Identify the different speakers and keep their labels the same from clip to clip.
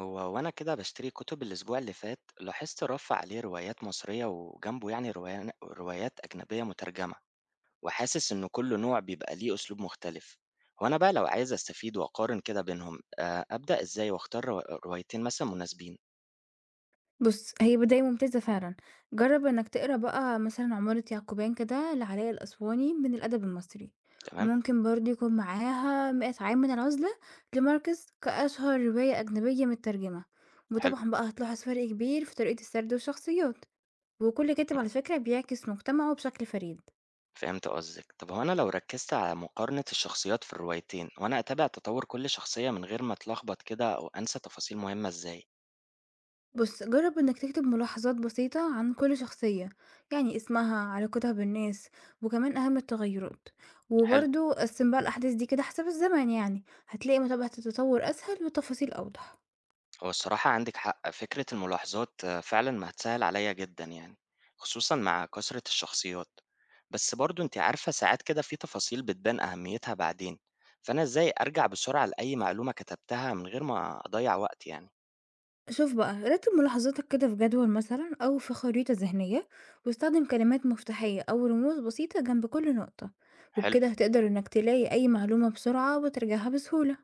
Speaker 1: هو وأنا كده بشتري كتب الأسبوع اللي فات، لاحظت رف عليه روايات مصرية وجنبه يعني روايات أجنبية مترجمة. وحاسس إن كل نوع بيبقى ليه أسلوب مختلف. وأنا بقى لو عايز أستفيد وأقارن كده بينهم أبدأ إزاي وأختار روايتين مثلا مناسبين؟
Speaker 2: بُص، هي بداية ممتازة فعلًا، جرّب إنك تقرا بقى مثلًا عمارة يعقوبيان كده لعلاء الأسواني من الأدب المصري،
Speaker 1: تمام.
Speaker 2: وممكن برضه يكون معاها مِيَّة عام من العزلة لماركس كأشهر رواية أجنبية متّرجمة،
Speaker 1: حلو.
Speaker 2: وطبعًا بقى هتلاحظ فرق كبير في طريقة السرد والشخصيات، وكل كاتب
Speaker 1: مم،
Speaker 2: على فكرة بيعكس مجتمعه بشكل فريد.
Speaker 1: فهمت قصدك. طب هو أنا لو ركزت على مقارنة الشخصيات في الروايتين وأنا أتابع تطور كل شخصية من غير ما أتلخبط كده أو أنسى تفاصيل مهمة، إزاي؟
Speaker 2: بص جرب انك تكتب ملاحظات بسيطة عن كل شخصية يعني اسمها علاقتها بالناس وكمان اهم التغيرات
Speaker 1: حلو.
Speaker 2: وبرضو قسم بقى الاحداث دي كده حسب الزمن يعني هتلاقي متابعة التطور اسهل والتفاصيل اوضح.
Speaker 1: هو الصراحة عندِك حق، فكرة الملاحظات فعلًا ما هتسهِّل عليَّ جدًا يعني، خصوصًا مع كثرة الشخصيات، بس برضه أنتِ عارفة ساعات كده في تفاصيل بتبان أهميتها بعدين، فأنا إزاي أرجع بسرعة لأي معلومة كتبتها من غير ما أضيّع وقت يعني؟
Speaker 2: شوف بقى رتب ملاحظاتك كده في جدول مثلا او في خريطة ذهنية واستخدم كلمات مفتاحية او رموز بسيطة جنب كل نقطة،
Speaker 1: حلو،
Speaker 2: وبكده هتقدر انك تلاقي اي معلومة بسرعة وترجعها بسهولة.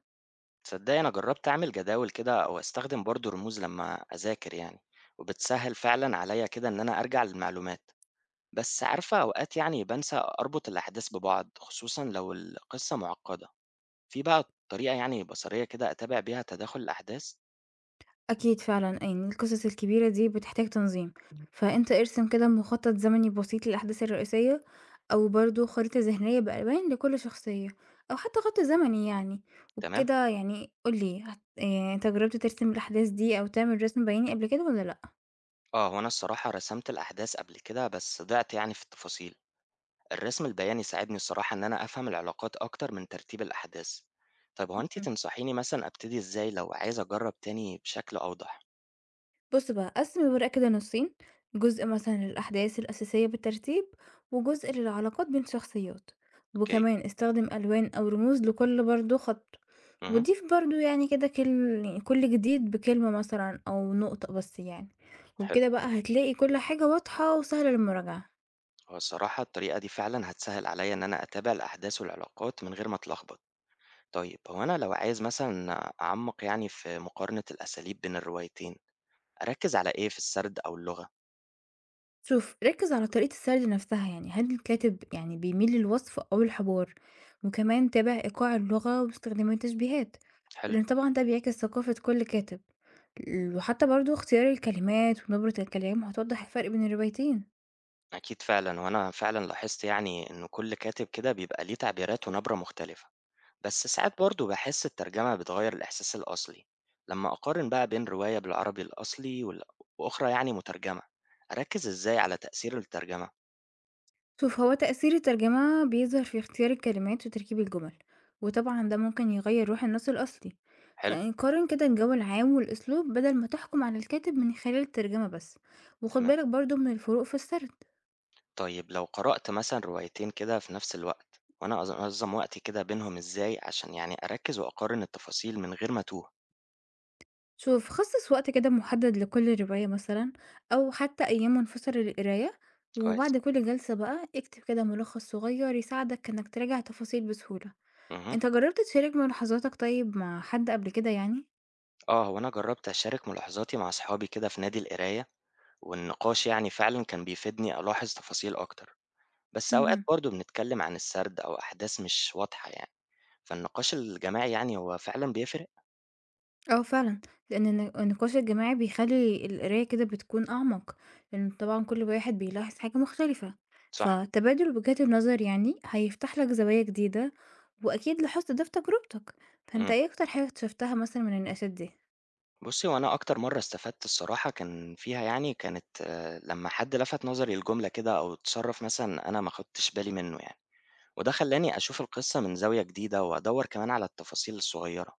Speaker 1: تصدّقي أنا جرّبت أعمل جداول كده أو أستخدم برضه رموز لمّا أذاكر يعني، وبتسهِّل فعلًا عليَّ كده إن أنا أرجع للمعلومات، بس عارفة أوقات يعني بانسى أربط الأحداث ببعض، خصوصًا لو القصة معقّدة. في بقى طريقة يعني بصرية كده أتابع بيها تداخل الأحداث؟
Speaker 2: أكيد فعلًا، يعني القصص الكبيرة دي بتحتاج تنظيم، فأنت ارسم كده مخطط زمني بسيط للأحداث الرئيسية، أو برضه خريطة ذهنية بألوان لكل شخصية، أو حتى خط زمني يعني،
Speaker 1: تمام؟
Speaker 2: وبكده يعني قُل لي هت أنت جربت ترسم الأحداث دي أو تعمل رسم بياني قبل كده والّا لأ؟
Speaker 1: آه، هو أنا الصراحة رسمت الأحداث قبل كده بس ضعت يعني في التفاصيل. الرسم البياني ساعدني الصراحة إن أنا أفهم العلاقات أكتر من ترتيب الأحداث. طيب هو أنتي تنصحيني مثلا أبتدي إزاي لو عايز أجرب تاني بشكل أوضح؟
Speaker 2: بُص بقى، قسّم الورقة كده نُصّين، جزء مثلًا للأحداث الأساسية بالترتيب، وجزء للعلاقات بين شخصيات،
Speaker 1: أوكي؟
Speaker 2: وكمان استخدم ألوان أو رموز لكل برضه خط،
Speaker 1: امم.
Speaker 2: وضيف برضه يعني كده كل جديد بكلمة مثلًا أو نقطة بس يعني،
Speaker 1: حلو.
Speaker 2: وبكده بقى هتلاقي كل حاجة واضحة وسهلة للمراجعة.
Speaker 1: هو الصراحة الطريقة دي فعلا هتسهل عليا إن أنا أتابع الأحداث والعلاقات من غير ما أتلخبط. طيب هو أنا لو عايز مثلا أعمق يعني في مقارنة الأساليب بين الروايتين، أركز على إيه في السرد أو اللغة؟
Speaker 2: شوف، ركّز على طريقة السرد نفسها يعني، هل الكاتب يعني بيميل للوصف أو الحوار؟ وكمان تابع إيقاع اللغة واستخدام التشبيهات،
Speaker 1: حلو،
Speaker 2: لإن طبعًا ده بيعكس ثقافة كل كاتب. وحتى برضه اختيار الكلمات ونبرة الكلام هتوضح الفرق بين الروايتين.
Speaker 1: أكيد فعلًا، وأنا فعلًا لاحظت يعني إن كل كاتب كده بيبقى ليه تعبيرات ونبرة مختلفة، بس ساعات برضه باحس الترجمة بتغيّر الإحساس الأصلي، لمّا أقارن بقى بين رواية بالعربي الأصلي وأخرى يعني مترجمة، أركّز إزاي على تأثير الترجمة؟
Speaker 2: شوف هو تأثير الترجمة بيظهر في اختيار الكلمات وتركيب الجمل، وطبعا ده ممكن يغير روح النص الأصلي،
Speaker 1: حلو،
Speaker 2: فنقارن كده الجو العام والأسلوب بدل ما تحكم على الكاتب من خلال الترجمة بس، وخد
Speaker 1: تمام،
Speaker 2: بالك برضه من الفروق في السرد.
Speaker 1: طيب لو قرأت مثلًا روايتين كده في نفس الوقت، وأنا أنظّم وقتي كده بينهم إزاي عشان يعني أركّز وأقارن التفاصيل من غير ما أتوه؟
Speaker 2: شوف خصص وقت كده محدد لكل رواية مثلا أو حتى أيام منفصلة للقراية،
Speaker 1: كويس،
Speaker 2: وبعد كل جلسة بقى اكتب كده ملخص صغير يساعدك إنك تراجع تفاصيل بسهولة.
Speaker 1: اهم،
Speaker 2: أنت جرّبت تشارك ملاحظاتك طيب مع حد قبل كده يعني؟
Speaker 1: آه، هو أنا جرّبت أشارك ملاحظاتي مع أصحابي كده في نادي القراية، والنقاش يعني فعلا كان بيفيدني ألاحظ تفاصيل أكتر. بس أوقات
Speaker 2: اهم.
Speaker 1: برضو بنتكلم عن السرد أو أحداث مش واضحة يعني. فالنقاش الجماعي يعني هو فعلا بيفرق.
Speaker 2: آه فعلًا، لإن النقاش الجماعي بيخلّي القراية كده بتكون أعمق، لإن طبعًا كل واحد بيلاحظ حاجة مختلفة،
Speaker 1: صح.
Speaker 2: فتبادل وجهات النظر يعني هيفتح لك زوايا جديدة، وأكيد لاحظت ده في تجربتك، فأنت
Speaker 1: مم.
Speaker 2: إيه أكتر حاجة اكتشفتها مثلًا من النقاشات دي؟
Speaker 1: بصي، وأنا أكتر مرة استفدت الصراحة كان فيها يعني كانت لما حد لفت نظري الجملة كده أو تصرف مثلا أنا ما خدتش بالي منه يعني. وده خلاني أشوف القصة من زاوية جديدة وأدور كمان على التفاصيل الصغيرة.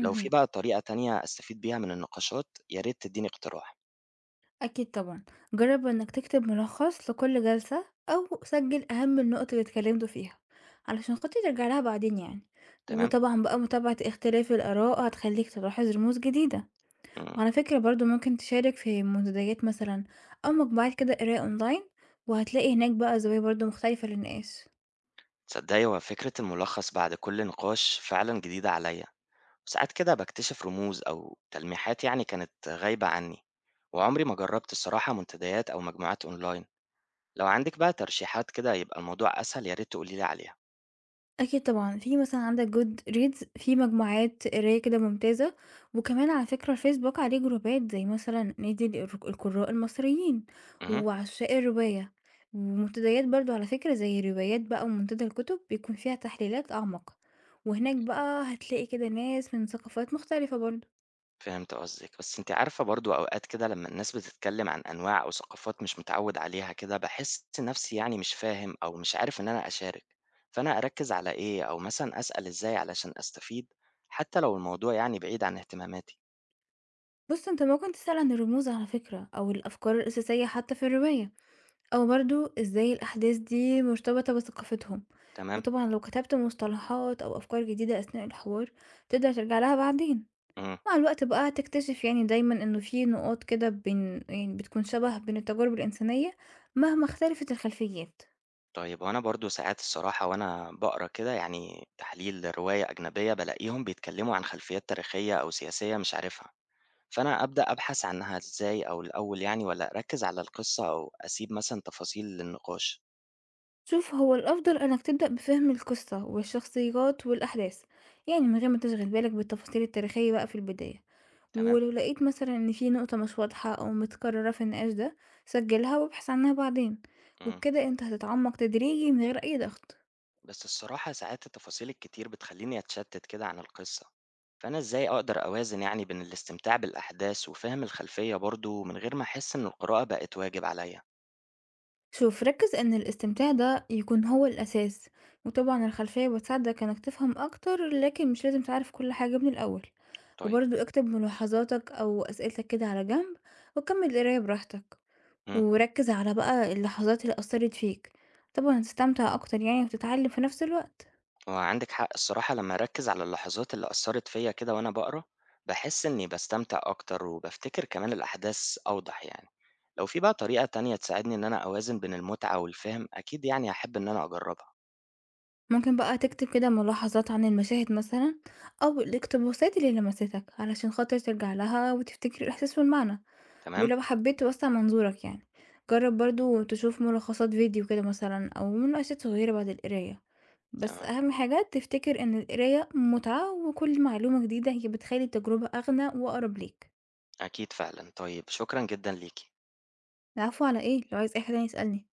Speaker 1: لو في بقى طريقة تانية أستفيد بيها من النقاشات، يا ريت تديني اقتراح.
Speaker 2: أكيد طبعًا، جرّب إنك تكتب ملخص لكل جلسة أو سجّل أهم النقط اللي اتكلمتوا فيها، علشان خاطر ترجع لها بعدين يعني،
Speaker 1: تمام.
Speaker 2: وطبعًا بقى متابعة اختلاف الآراء هتخلّيك تلاحظ رموز جديدة،
Speaker 1: مم.
Speaker 2: وعلى فكرة برضه ممكن تشارك في منتديات مثلًا أو مجموعات كده قراية أونلاين، وهتلاقي هناك بقى زوايا برضه مختلفة للنقاش.
Speaker 1: تصدقي هو فكرة الملخص بعد كل نقاش فعلا جديدة عليا، وساعات كده بكتشف رموز أو تلميحات يعني كانت غايبة عني. وعمري ما جربت الصراحة منتديات أو مجموعات أونلاين. لو عندك بقى ترشيحات كده يبقى الموضوع أسهل، يا ريت تقولي لي عليها.
Speaker 2: أكيد طبعًا، في مثلًا عندك good reads في مجموعات قراية كده ممتازة، وكمان على فكرة الفيسبوك عليه جروبات زي مثلًا نادي القراء المصريين،
Speaker 1: امم.
Speaker 2: وعشاق الرواية، ومنتديات برضه على فكرة زي روايات بقى ومنتدى الكتب بيكون فيها تحليلات أعمق، وهناك بقى هتلاقي كده ناس من ثقافات مختلفة برضه.
Speaker 1: فهمت قصدك، بس انت عارفة برضو أوقات كده لما الناس بتتكلم عن أنواع أو ثقافات مش متعود عليها كده، بحس نفسي يعني مش فاهم أو مش عارف إن أنا أشارك. فأنا أركز على إيه أو مثلا أسأل إزاي علشان أستفيد، حتى لو الموضوع يعني بعيد عن اهتماماتي؟
Speaker 2: بُص أنت ممكن تسأل عن الرموز على فكرة أو الأفكار الأساسية حتى في الرواية. أو برضه إزاي الأحداث دي مرتبطة بثقافتهم.
Speaker 1: تمام،
Speaker 2: وطبعا لو كتبت مصطلحات أو أفكار جديدة أثناء الحوار تقدر ترجع لها بعدين.
Speaker 1: إمم،
Speaker 2: مع الوقت بقى هتكتشف يعني دايما إنه في نقاط كده بين يعني بتكون شبه بين التجارب الإنسانية مهما اختلفت الخلفيات.
Speaker 1: طيب هو أنا برضه ساعات الصراحة وأنا باقرا كده يعني تحليل لرواية أجنبية بالاقيهم بيتكلموا عن خلفيات تاريخية أو سياسية مش عارفها، فأنا أبدأ أبحث عنها إزاي أو الأول يعني، والّا أركّز على القصة أو أسيب مثلًا تفاصيل للنقاش؟
Speaker 2: شوف هو الأفضل إنك تبدأ بفهم القصة والشخصيات والأحداث، يعني من غير ما تشغل بالك بالتفاصيل التاريخية بقى في البداية.
Speaker 1: تمام،
Speaker 2: ولو لقيت مثلا إن في نقطة مش واضحة أو متكررة في النقاش ده سجلها وابحث عنها بعدين،
Speaker 1: إمم،
Speaker 2: وبكده أنت هتتعمق تدريجي من غير أي ضغط.
Speaker 1: بس الصراحة ساعات التفاصيل الكتير بتخلّيني أتشتت كده عن القصة، فأنا إزاي أقدر أوازن يعني بين الاستمتاع بالأحداث وفهم الخلفية برضه من غير ما أحس إن القراءة بقت واجب عليَّ؟
Speaker 2: شوف ركز إن الاستمتاع ده يكون هو الأساس، وطبعا الخلفية بتساعدك إنك تفهم أكتر لكن مش لازم تعرف كل حاجة من الأول.
Speaker 1: طيب،
Speaker 2: وبرضه اكتب ملاحظاتك أو أسئلتك كده على جنب وكمل القراية براحتك.
Speaker 1: إمم.
Speaker 2: وركّز على بقى اللحظات اللي أثّرت فيك، طبعًا هتستمتع أكتر يعني وتتعلّم في نفس الوقت.
Speaker 1: هو عندِك حق الصراحة، لمّا أركّز على اللحظات اللي أثّرت فيّا كده وأنا باقرا، باحس إنّي باستمتع أكتر وبافتكر كمان الأحداث أوضح يعني، لو في بقى طريقة تانية تساعدني إن أنا أوازن بين المتعة والفهم، أكيد يعني هاحب إن أنا أجرّبها.
Speaker 2: ممكن بقى تكتب كده ملاحظات عن المشاهد مثلًا أو الاقتباسات اللي لمستك علشان خاطر ترجع لها وتفتكر الإحساس والمعنى،
Speaker 1: تمام؟
Speaker 2: ولو حبّيت توسّع منظورك يعني. جرّب برضه تشوف ملخصات فيديو كده مثلًا أو مناقشات صغيرة بعد القراية، بس
Speaker 1: تمام،
Speaker 2: أهم حاجة تفتكر إن القراية متعة وكل معلومة جديدة هي بتخلّي التجربة أغنى وأقرب ليك.
Speaker 1: أكيد فعلًا، طيب شكرًا جدًا ليكِ.
Speaker 2: العفو على إيه؟ لو عايز أي حاجة تانية اسألني.